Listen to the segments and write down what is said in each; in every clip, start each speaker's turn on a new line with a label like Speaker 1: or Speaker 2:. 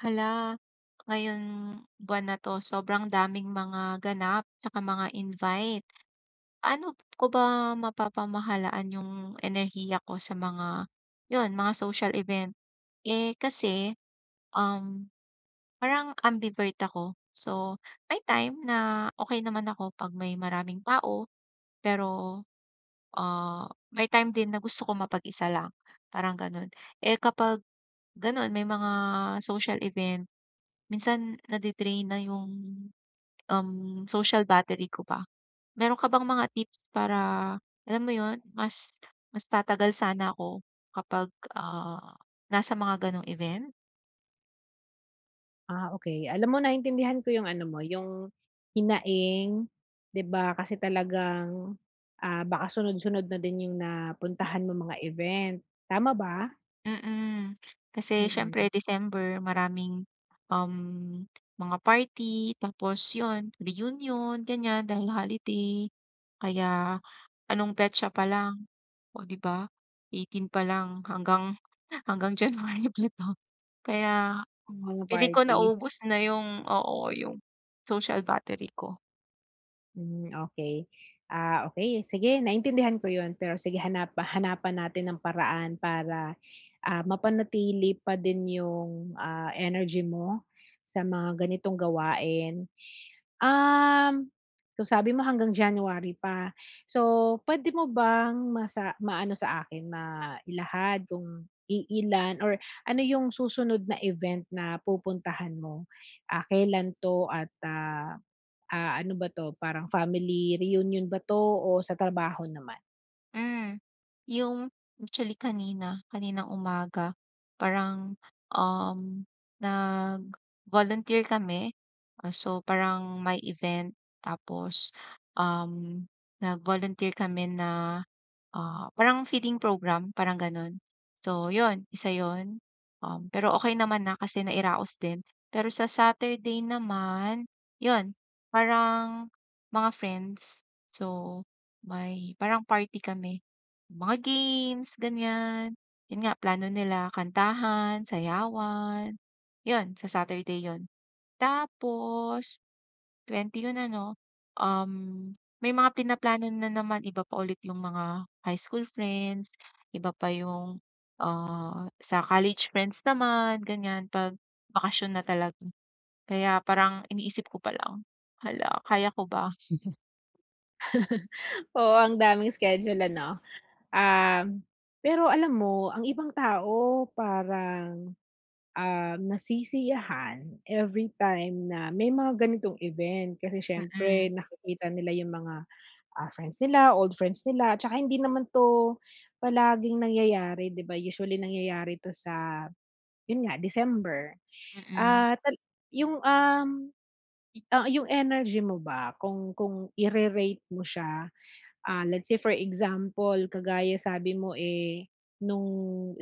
Speaker 1: Hala, ngayong buwan na 'to sobrang daming mga ganap tsaka mga invite. Ano ko ba mapapamahalaan yung enerhiya ko sa mga social event? Eh, kasi, um, parang ambivert ako. So, may time na okay naman ako 'pag may maraming tao. Pero, ah, may time din na gusto ko mapag-isa lang, parang gano'n. Eh, kapag gano'n may mga social event, minsan nade-drain na yung, social battery ko ba. Meron ka bang mga tips para alam mo 'yun, mas mas tatagal sana ako kapag, ah, nasa mga gano'ng event?
Speaker 2: Okey. Alam mo naintindihan ko yung ano mo, yung hinaing, 'di ba? Kasi talagang, baka sunod-sunod na din yung napuntahan mong mga event, tama ba?
Speaker 1: Mm, kasi
Speaker 2: Mm,
Speaker 1: siyempre December maraming, um, mga party tapos yun reunion ganyan dahil holiday kaya anong petsa pa lang, oh, 'di ba? 18 pa lang hanggang hanggang January pa 'to. Kaya
Speaker 2: mga
Speaker 1: feeling ko
Speaker 2: party.
Speaker 1: naubos na yung oo, yung social battery ko.
Speaker 2: Hmm, okey. Okey sige naintindihan ko yun. Pero sige hanap hanapan natin ng paraan para, mapanatili pa din yung, energy mo sa mga ganitong gawain. Um, so sabi mo hanggang January pa. So, puwede mo bang masa maano sa akin, mailahad kung iilan or ano yung susunod na event na pupuntahan mo? Kailan 'to at, ano ba 'to, parang family reunion ba 'to o sa trabaho naman?
Speaker 1: Hmm, yung actually kanina, kaninang umaga parang, um, nag-volunteer kami. So parang may event tapos, um, nag-volunteer kami na parang feeding program, parang gano'n. So 'yun, isa 'yun. Pero okay naman na kasi nairaos din. Pero sa Saturday naman, 'yun, parang mga friends. So may parang party kami, mga games, ganiyan. 'Yun nga, plano nila kantahan, sayawan, 'yun, sa Saturday 'yun. Tapos 20 yun ano, um, may mga pinaplano na naman iba pa ulit yung mga high school friends, iba pa yung, sa college friends naman ganyan 'pag bakasyon na talaga. Kaya parang iniisip ko pa lang, hala kaya ko ba?
Speaker 2: Oo, ang daming schedule ano. Um, pero alam mo ang ibang tao parang nasisiyahan every time na may mga ganitong event. Kasi
Speaker 1: Mm,
Speaker 2: siyempre nakikita nila yung mga, friends nila, old friends nila, tsaka hindi naman 'to palaging nangyayari, 'di ba? Usually nangyayari 'to sa, yun nga, December.
Speaker 1: mm,
Speaker 2: Ah, tal yung, yung energy mo ba kung ire-rate mo siya. Let's say for example, kagaya sabi mo, eh, nung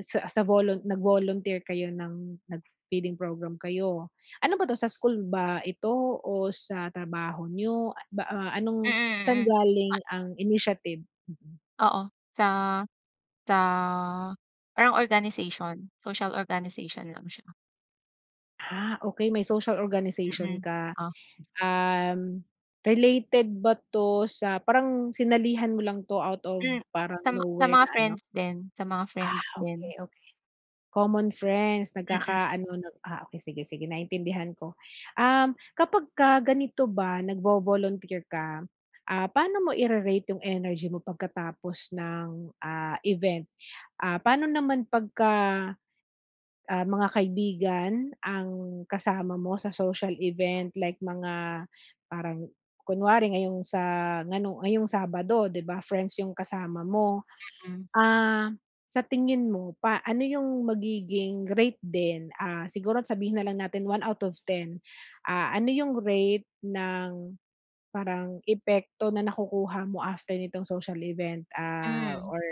Speaker 2: sa volun nag-volunteer kayo ng nag-feeding program kayo. Ano ba 'to, sa school ba ito o sa trabaho niyo?
Speaker 1: mm,
Speaker 2: Anong saan
Speaker 1: mm.
Speaker 2: galing ang initiative? Mm.
Speaker 1: Oo, sa sa parang organization, social organization lang siya.
Speaker 2: Okay may social organization
Speaker 1: Mm-mm.
Speaker 2: ka.
Speaker 1: Ah. Mm, oh.
Speaker 2: Um, related ba 'to sa parang sinalihan mo lang 'to out of
Speaker 1: Hmm,
Speaker 2: parang
Speaker 1: sa
Speaker 2: nowhere
Speaker 1: mga
Speaker 2: na ano?
Speaker 1: friends din,
Speaker 2: Ah, okay. Common friends,
Speaker 1: mm,
Speaker 2: nagkakaano okay sige, sige naintindihan ko. Kapagka ganito ba nagvo-volunteer ka, paano mo ire-rate yung energy mo pagkatapos ng, event? Paano naman pagka, mga kaibigan ang kasama mo sa social event like mga parang kunwari ngayong sa ngano ngayong Sabado 'di ba friends yung kasama mo.
Speaker 1: hmm.
Speaker 2: Ah, sa tingin mo pa ano yung magiging rate din, siguro sabihin na lang natin 1 out of 10. Ano yung rate ng parang epekto na nakukuha mo after nitong social event,
Speaker 1: Hmm,
Speaker 2: or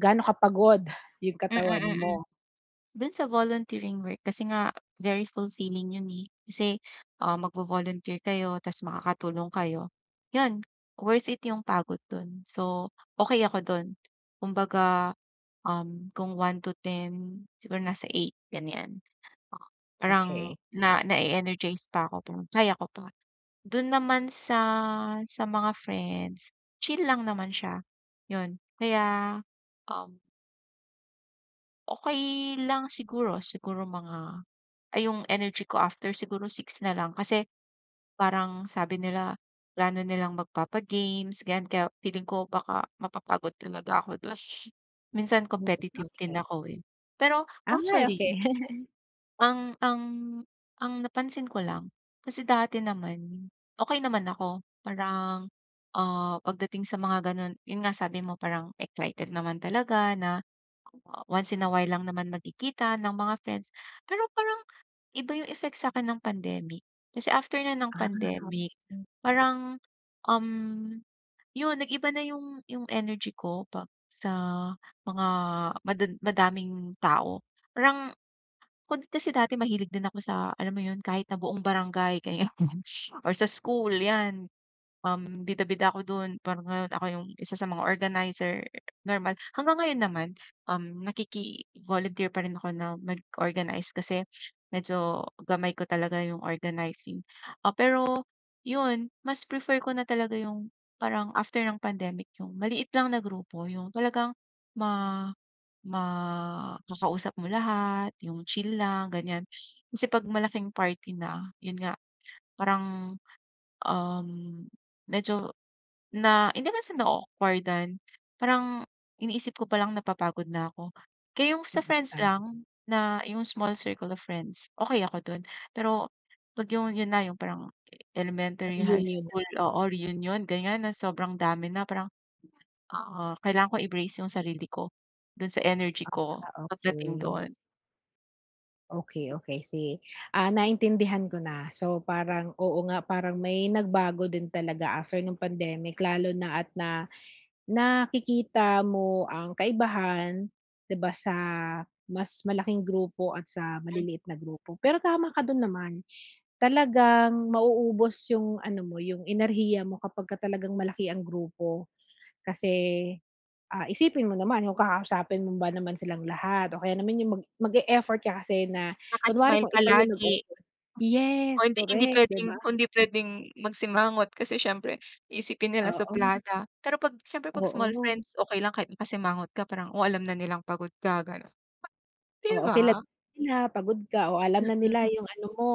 Speaker 2: gaano kapagod yung
Speaker 1: mm,
Speaker 2: katawan
Speaker 1: mm.
Speaker 2: mo?
Speaker 1: Dun sa volunteering work kasi nga very fulfilling yun, eh. Kasi, magvo-volunteer kayo ta's makakatulong kayo. Yun, worth it yung pagod dun. So, okey ako dun. Kumbaga, kung 1 to 10, siguro nasa eight, ganyan. Oo, parang
Speaker 2: Okay.
Speaker 1: na na-e-energize pa ako, parang kaya ko pa. Dun naman sa mga friends, chill lang naman siya, yun. Kaya, um okey lang siguro mga yung energy ko after siguro six na lang kasi parang sabi nila plano nilang magpapa-games ganyan kaya feeling ko baka mapapagod talaga ako dun. Minsan
Speaker 2: Mm,
Speaker 1: competitive din
Speaker 2: okey.
Speaker 1: ako, eh. Pero
Speaker 2: Ay okey.
Speaker 1: actually ang ang ang napansin ko lang, kasi dati naman, okey naman ako. Parang, pagdating sa mga gano'n, 'yun nga sabi mo parang excited naman talaga na, once in a while lang naman magkikita ng mga friends. Pero parang iba 'yung effect sa'kin ng pandemic. Kasi after na ng
Speaker 2: Ah,
Speaker 1: pandemic,
Speaker 2: okey.
Speaker 1: parang, um, 'yun nag-iba na 'yung energy ko 'pag sa mga madaming tao. Parang ako din kasi dati mahilig din ako sa alam mo yun, kahit na buong barangay kaya or sa school 'yan, bida-bida ako dun parang ngayon ako yung isa sa mga organizer normal. Hanggang ngayon naman, nakiki-volunteer pa rin ako na mag-organize kasi medyo gamay ko talaga yung organizing. Pero yun, mas prefer ko na talaga yung parang after ng pandemic yung maliit lang na grupo, yung talagang ma makakausap mo lahat, yung chill lang, ganyan. Kasi 'pag malaking party na, yun nga, parang, um, medyo na hindi man sa na-o-awkward-dan, parang iniisip ko palang napapagod na ako. Kaya yung sa friends
Speaker 2: Tama,
Speaker 1: lang na yung small circle of friends, okay ako dun. Pero 'pag yung parang elementary, high
Speaker 2: reunion na,
Speaker 1: school, o reunion, ganyan, na sobrang dami na, parang oo, kailangan ko i-brace yung sarili ko dun sa energy ko pagdating
Speaker 2: okay.
Speaker 1: doon.
Speaker 2: Okay, okay si. Naintindihan ko na. So, parang oo nga, parang may nagbago din talaga after nung pandemic lalo na at na nakikita mo ang kaibahan, 'di ba, sa mas malaking grupo at sa
Speaker 1: Hmm,
Speaker 2: maliliit na grupo. Pero tama ka dun naman, talagang mauubos yung ano mo, yung enerhiya mo kapagka talagang malaki ang grupo kasi isipin mo naman kung kakausapin mo ba naman silang lahat o kaya naman yung mag-e-effort ka kasi na kunwari
Speaker 1: Naka-smile
Speaker 2: kung
Speaker 1: ka
Speaker 2: ikaw yung
Speaker 1: lagi
Speaker 2: nag-order.
Speaker 1: o
Speaker 2: Yes,
Speaker 1: hindi
Speaker 2: correct, 'di ba?
Speaker 1: hindi puwedeng magsimangot kasi siyempre iisipin nila
Speaker 2: Oo,
Speaker 1: suplada. Pero 'pag siyempre 'pag small
Speaker 2: oo.
Speaker 1: friends, okey lang kahit nakasimangot ka parang, oh, alam na nilang pagod ka gano'n, 'di
Speaker 2: Oo, kilala
Speaker 1: ba?
Speaker 2: nila, pagod ka o alam na nila
Speaker 1: Mm,
Speaker 2: yung ano mo,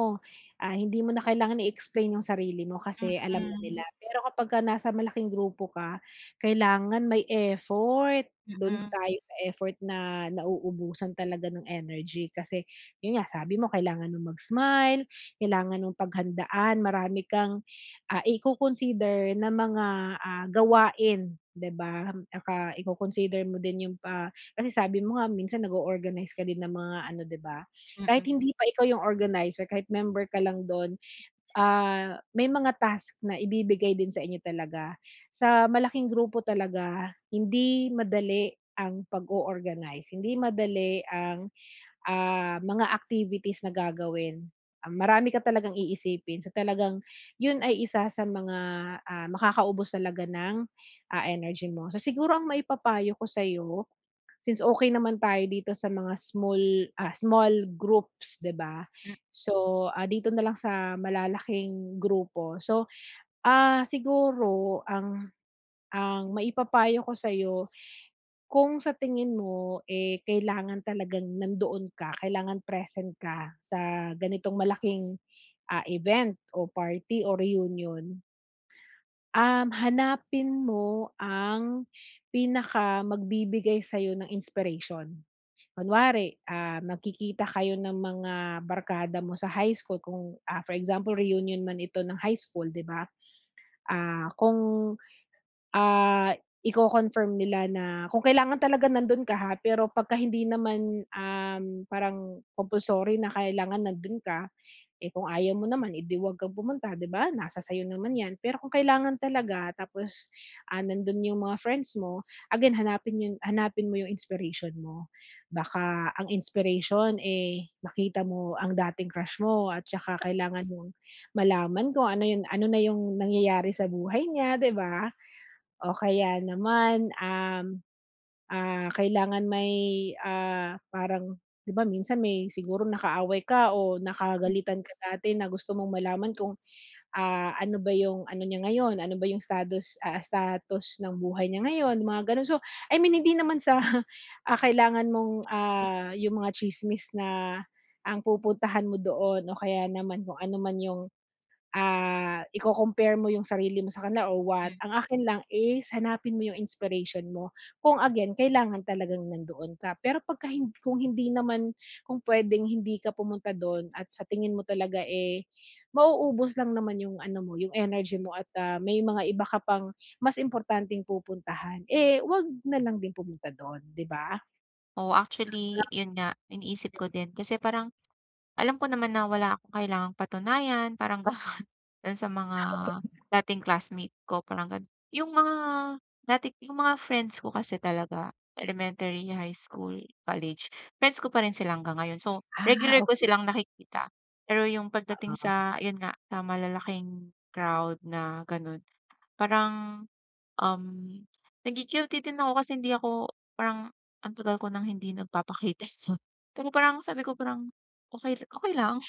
Speaker 2: hindi mo na kailangan i-explain yung sarili mo kasi alam na
Speaker 1: mm,
Speaker 2: nila. Pero kapagka nasa malaking grupo ka, kailangan may effort. Do'n
Speaker 1: mm,
Speaker 2: tayo sa effort na nauubusan talaga ng energy kasi 'yun nga, sabi mo kailangan mong mag-smile, kailangan mong paghandaan, marami kang, iko-consider na mga, gawain, 'di ba? Iko-consider mo din yung, kasi sabi mo nga minsan nag-o-organize ka din ng mga ano, 'di ba? Kahit
Speaker 1: mm,
Speaker 2: Hindi pa ikaw yung organizer, kahit member ka lang don may mga task na ibibigay din sa inyo talaga. Sa malaking grupo talaga, hindi madali ang pag-o-organize, hindi madali ang, mga activities na gagawin. Marami ka talagang iisipin. So, talagang yun ay isa sa mga, makakaubos talaga ng, energy mo. So, siguro ang maipapayo ko sa'yo, since okey naman tayo dito sa mga small, small groups, 'di ba?
Speaker 1: mm.
Speaker 2: So, dito na lang sa malalaking grupo. So, siguro ang maipapayo ko sa'yo, kung sa tingin mo, eh, kailangan talagang nandoon ka, kailangan present ka sa ganitong malaking, event o party o reunion, hanapin mo ang pinakamagbibigay sa'yo ng inspiration. Kunwari, magkikita kayo ng mga barkada mo sa high school kung, for example reunion man ito ng high school 'di ba? Kung, ah, iko-confirm nila na kung kailangan talaga nandun ka ha, pero pagka hindi naman, parang compulsory na kailangan nandun ka, eh, kung ayaw mo naman, eh, 'di 'wag kang pumunta, 'di ba? Nasa sa'yo naman 'yan. Pero kung kailangan talaga tapos, nandun yung mga friends mo, again hanapin mo yung inspiration mo. Baka ang inspiration, eh, nakita mo ang dating crush mo at saka kailangan mong malaman kung ano na yung nangyayari sa buhay niya, 'di ba? O kaya naman, kailangan may, parang 'di ba minsan may siguro nakaaway ka o nakagalitan ka dati na gusto mong malaman kung, ano ba yung ano niya ngayon, ano ba yung status, status ng buhay niya ngayon, mga gano'n. So, I mean hindi naman sa, kailangan mong, yung mga tsismis na ang pupuntahan mo doon o kaya naman kung ano man yung, iko-compare mo yung sarili mo sa kanila or what. Ang akin lang is hanapin mo yung inspiration mo. Kung again, kailangan talagang nandoon ka. Pero pagka hin kung hindi naman kung pwedeng hindi ka pumunta do'n at sa tingin mo talaga, eh, mauubos lang naman yung ano mo, yung energy mo at, may mga iba ka pang mas importanteng pupuntahan, eh, 'wag na lang din pumunta do'n, 'di ba?
Speaker 1: Oo, actually yun nga iniisip ko din kasi parang alam ko naman na wala akong kailangang patunayan parang dun sa mga dating classmate ko parang ganun. Yung mga dati yung mga friends ko kasi talaga elementary, high school, college, friends ko pa rin sila hanggang ngayon. So, regular ko
Speaker 2: Okey,
Speaker 1: silang nakikita. Pero yung pagdating
Speaker 2: oo.
Speaker 1: sa yun nga, sa malalaking crowd na ganun, parang, um, nagi-guilty din ako kasi hindi ako parang ang tagal ko nang hindi nagpapakita. Pero parang sabi ko parang, okay okay lang.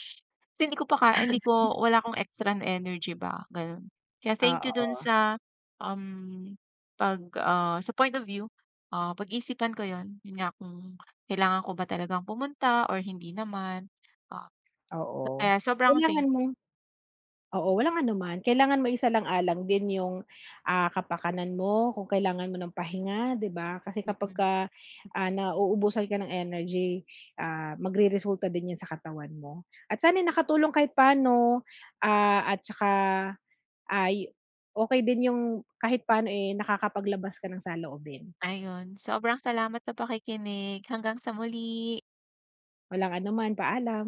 Speaker 1: Kasi hindi ko wala akong extra na energy ba, gano'n. Kaya thank you do'n
Speaker 2: Oo,
Speaker 1: sa, um, 'pag, sa point of view, pag-iisipan ko 'yon. 'Yon nga kung kailangan ko ba talagang pumunta or hindi naman. Ah,
Speaker 2: oo.
Speaker 1: kaya sobrang thank
Speaker 2: Kailangan mo.
Speaker 1: you.
Speaker 2: Oo, walang anuman. Kailangan maisalang-alang din yung, kapakanan mo, kung kailangan mo ng pahinga, 'di ba? Kasi
Speaker 1: Mm,
Speaker 2: kapagka, nauubusan ka ng energy, magreresulta din 'yan sa katawan mo. At sana'y nakatulong kahit paano, at tsaka ay okey din yung kahit paano, eh, nakakapaglabas ka ng saloobin.
Speaker 1: Ayun, sobrang salamat sa pakikinig. Hanggang sa muli.
Speaker 2: Walang anuman, paalam.